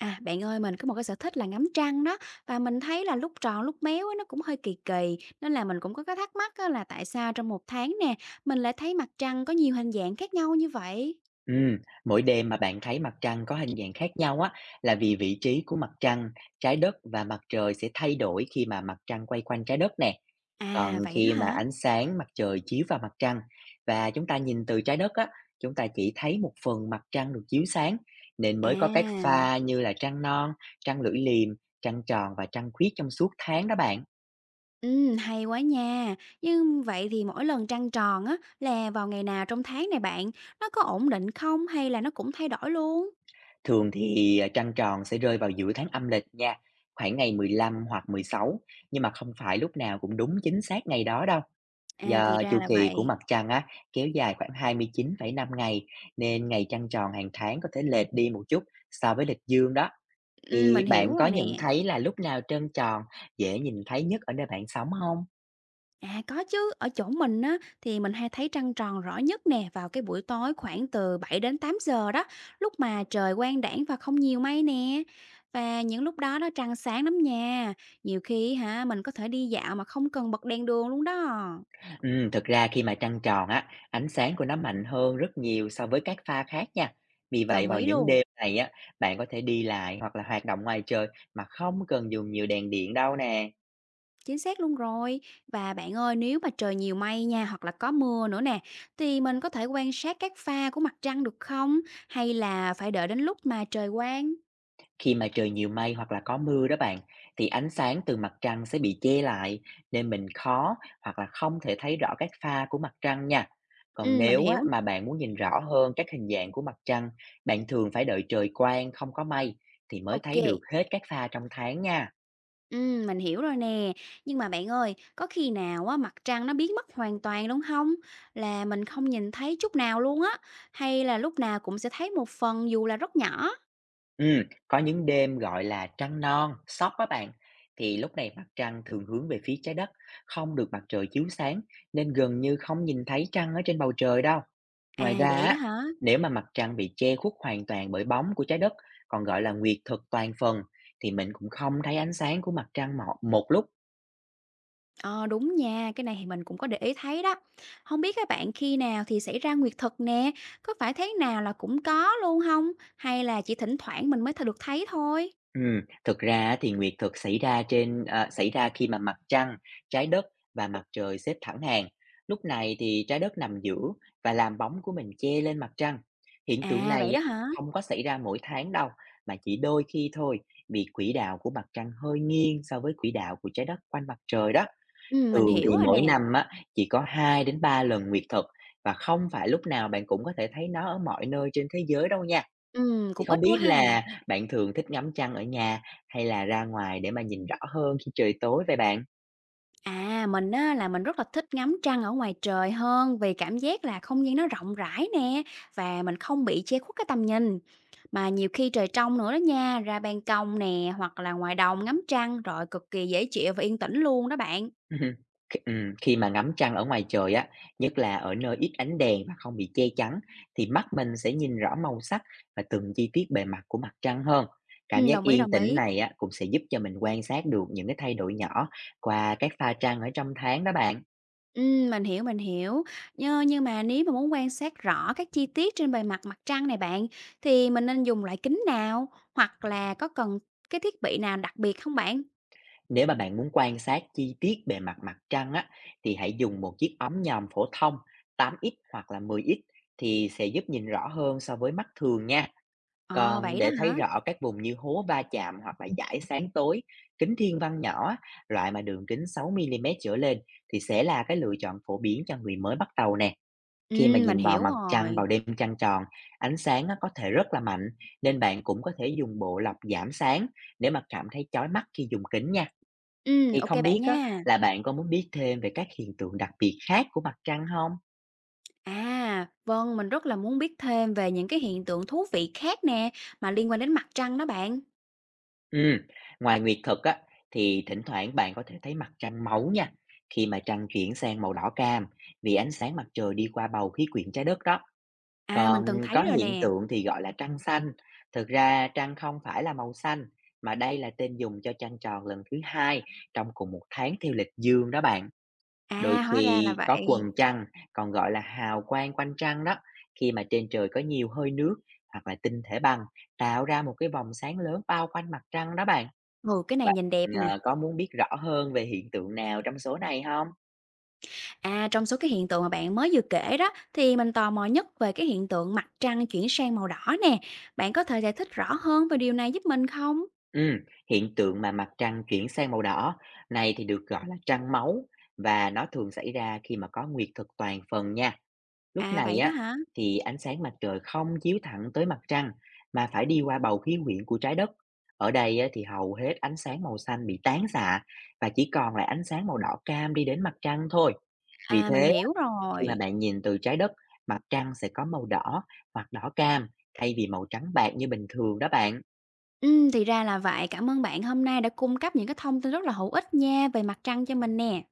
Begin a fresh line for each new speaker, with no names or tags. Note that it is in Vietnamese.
À, bạn ơi, mình có một cái sở thích là ngắm trăng đó và mình thấy là lúc tròn lúc méo á, nó cũng hơi kỳ kỳ nên là mình cũng có cái thắc mắc á, là tại sao trong một tháng nè mình lại thấy mặt trăng có nhiều hình dạng khác nhau như vậy?
Ừm, Mỗi đêm mà bạn thấy mặt trăng có hình dạng khác nhau á là vì vị trí của mặt trăng, trái đất và mặt trời sẽ thay đổi khi mà mặt trăng quay quanh trái đất nè. Còn
À, vậy đó
khi mà
hả?
ánh sáng mặt trời chiếu vào mặt trăng và chúng ta nhìn từ trái đất á, chúng ta chỉ thấy một phần mặt trăng được chiếu sáng nên mới có các
À,
pha như là trăng non, trăng lưỡi liềm, trăng tròn và trăng khuyết trong suốt tháng đó bạn.
ừ, hay quá nha. Nhưng vậy thì mỗi lần trăng tròn á là vào ngày nào trong tháng này bạn, nó có ổn định không hay là nó cũng thay đổi luôn?
Thường thì, trăng tròn sẽ rơi vào giữa tháng âm lịch nha, khoảng ngày 15 hoặc 16, nhưng mà không phải lúc nào cũng đúng chính xác ngày đó đâu.
À, thì
Do
ra
chu
là
kỳ của
vậy.
mặt trăng á, kéo dài khoảng 29,5 ngày, nên ngày trăng tròn hàng tháng có thể lệch đi một chút so với lịch dương đó.
Ừ,
Thì
mình hiểu
bạn có
rồi
nhận
nè.
thấy là lúc nào trăng tròn dễ nhìn thấy nhất ở nơi bạn sống không?
À, có chứ, ở chỗ mình á thì mình hay thấy trăng tròn rõ nhất nè vào cái buổi tối khoảng từ 7 đến 8 giờ đó, lúc mà trời quang đãng và không nhiều mây nè. Và những lúc đó nó trăng sáng lắm nha. Nhiều khi hả mình có thể đi dạo mà không cần bật đèn đường luôn đó.
Thực ra khi mà trăng tròn á, ánh sáng của nó mạnh hơn rất nhiều so với các pha khác nha. Vì vậy
Đồng
vào
ý
những
luôn.
đêm này á, bạn có thể đi lại hoặc là hoạt động ngoài trời mà không cần dùng nhiều đèn điện đâu nè.
Chính xác luôn rồi. Và bạn ơi, nếu mà trời nhiều mây nha hoặc là có mưa nữa nè thì mình có thể quan sát các pha của mặt trăng được không? Hay là phải đợi đến lúc mà trời quang?
Khi mà trời nhiều mây hoặc là có mưa đó bạn, thì ánh sáng từ mặt trăng sẽ bị che lại nên mình khó hoặc là không thể thấy rõ các pha của mặt trăng nha. Còn
Ừ, mình
nếu á,
hiểu.
mà bạn muốn nhìn rõ hơn các hình dạng của mặt trăng, bạn thường phải đợi trời quang không có mây thì mới
Ok.
thấy được hết các pha trong tháng nha.
Mình hiểu rồi nè. Nhưng mà bạn ơi, có khi nào á mặt trăng nó biến mất hoàn toàn luôn không? Là mình không nhìn thấy chút nào luôn á, hay là lúc nào cũng sẽ thấy một phần dù là rất nhỏ?
Có những đêm, gọi là, trăng non, sóc á bạn, thì lúc này mặt trăng thường hướng về phía trái đất, không được mặt trời chiếu sáng nên gần như không nhìn thấy trăng ở trên bầu trời đâu. Ngoài
À,
ra
vậy đó
á,
hả?
nếu mà mặt trăng bị che khuất hoàn toàn bởi bóng của trái đất, còn gọi là nguyệt thực toàn phần, thì mình cũng không thấy ánh sáng của mặt trăng mọ một lúc.
Ờ, đúng nha, cái này thì mình cũng có để ý thấy đó. Không biết các bạn khi nào thì xảy ra nguyệt thực nè, có phải tháng nào là cũng có luôn không? Hay là chỉ thỉnh thoảng mình mới được thấy thôi?
Thực ra á thì nguyệt thực xảy ra khi mà mặt trăng, trái đất và mặt trời xếp thẳng hàng. Lúc này thì trái đất nằm giữa và làm bóng của mình che lên mặt trăng. Hiện tượng
À, vậy
này
đó
á,
hả?
không có xảy ra mỗi tháng đâu, mà chỉ đôi khi thôi, vì quỹ đạo của mặt trăng hơi nghiêng so với quỹ đạo của trái đất quanh mặt trời đó.
Mình
Thường
hiểu
thì
rồi
mỗi
nè.
năm á, chỉ có 2 đến 3 lần nguyệt thực và không phải lúc nào bạn cũng có thể thấy nó ở mọi nơi trên thế giới đâu nha. Thì
Cũng ít
không biết
quá ha.
là bạn thường thích ngắm trăng ở nhà hay là ra ngoài để mà nhìn rõ hơn khi trời tối vậy bạn?
À, mình á, là mình rất là thích ngắm trăng ở ngoài trời hơn vì cảm giác là không gian nó rộng rãi nè và mình không bị che khuất cái tầm nhìn. Mà nhiều khi trời trong nữa đó nha, ra ban công nè hoặc là ngoài đồng ngắm trăng rồi cực kỳ dễ chịu và yên tĩnh luôn đó bạn.
Khi khi mà ngắm trăng ở ngoài trời á, nhất là ở nơi ít ánh đèn và không bị che chắn, thì mắt mình sẽ nhìn rõ màu sắc và từng chi tiết bề mặt của mặt trăng hơn. Cảm
Ừ,
giác
đồng ý,
yên
đồng
tĩnh
ý.
này á, cũng sẽ giúp cho mình quan sát được những cái thay đổi nhỏ qua các pha trăng ở trong tháng đó bạn.
Ừ, mình hiểu, mình hiểu. Nhưng mà nếu mà muốn quan sát rõ các chi tiết trên bề mặt mặt trăng này bạn thì mình nên dùng loại kính nào hoặc là có cần cái thiết bị nào đặc biệt không bạn?
Nếu mà bạn muốn quan sát chi tiết bề mặt mặt trăng á, thì hãy dùng một chiếc ống nhòm phổ thông 8x hoặc là 10x thì sẽ giúp nhìn rõ hơn so với mắt thường nha.
Ờ,
Còn
vậy đó
để
hả?
thấy rõ các vùng như hố va chạm hoặc là dải sáng tối, kính thiên văn nhỏ, á, loại mà đường kính 6 mm trở lên thì sẽ là cái lựa chọn phổ biến cho người mới bắt đầu nè.
Ừ,
Khi mà
mình
nhìn vào
hiểu
mặt trăng
rồi.
vào đêm trăng tròn, ánh sáng nó có thể rất là mạnh nên bạn cũng có thể dùng bộ lọc giảm sáng để mà cảm thấy chói mắt khi dùng kính nha. Thì
Ok
không
bạn
biết á,
nha.
là bạn có muốn biết thêm về các hiện tượng đặc biệt khác của mặt trăng không?
À, vâng, mình rất là muốn biết thêm về những cái hiện tượng thú vị khác nè, mà liên quan đến mặt trăng đó bạn.
Ừm, Ngoài nguyệt thực á, thì thỉnh thoảng bạn có thể thấy mặt trăng máu nha, khi mà trăng chuyển sang màu đỏ cam vì ánh sáng mặt trời đi qua bầu khí quyển trái đất đó.
À, mình
Còn
từng thấy
có
rồi
hiện
nè.
tượng thì gọi là trăng xanh, thực ra trăng không phải là màu xanh, mà đây là tên dùng cho trăng tròn lần thứ 2 trong cùng một tháng theo lịch dương đó bạn. Đôi
À, hóa ra là
khi có
vậy.
quầng trăng, còn gọi là hào quang quanh trăng đó, khi mà trên trời có nhiều hơi nước hoặc là tinh thể băng tạo ra một cái vòng sáng lớn bao quanh mặt trăng đó bạn.
Ừ, cái này
Bạn
nhìn đẹp nè.
ờ, có muốn biết rõ hơn về hiện tượng nào trong số này không?
À, trong số cái hiện tượng mà bạn mới vừa kể đó, thì mình tò mò nhất về cái hiện tượng mặt trăng chuyển sang màu đỏ nè. Bạn có thể giải thích rõ hơn về điều này giúp mình không?
Ừm, Hiện tượng mà mặt trăng chuyển sang màu đỏ này thì được gọi là trăng máu và nó thường xảy ra khi mà có nguyệt thực toàn phần nha. Lúc
À,
này
vậy đó
á
hả?
thì ánh sáng mặt trời không chiếu thẳng tới mặt trăng mà phải đi qua bầu khí quyển của trái đất. Ở đây á, thì hầu hết ánh sáng màu xanh bị tán xạ và chỉ còn lại ánh sáng màu đỏ cam đi đến mặt trăng thôi. Vì
À, mình
thế á,
hiểu
khi mà
rồi.
bạn nhìn từ trái đất, mặt trăng sẽ có màu đỏ hoặc đỏ cam thay vì màu trắng bạc như bình thường đó bạn.
Thì ra là vậy. Cảm ơn bạn hôm nay đã cung cấp những cái thông tin rất là hữu ích nha về mặt trăng cho mình nè.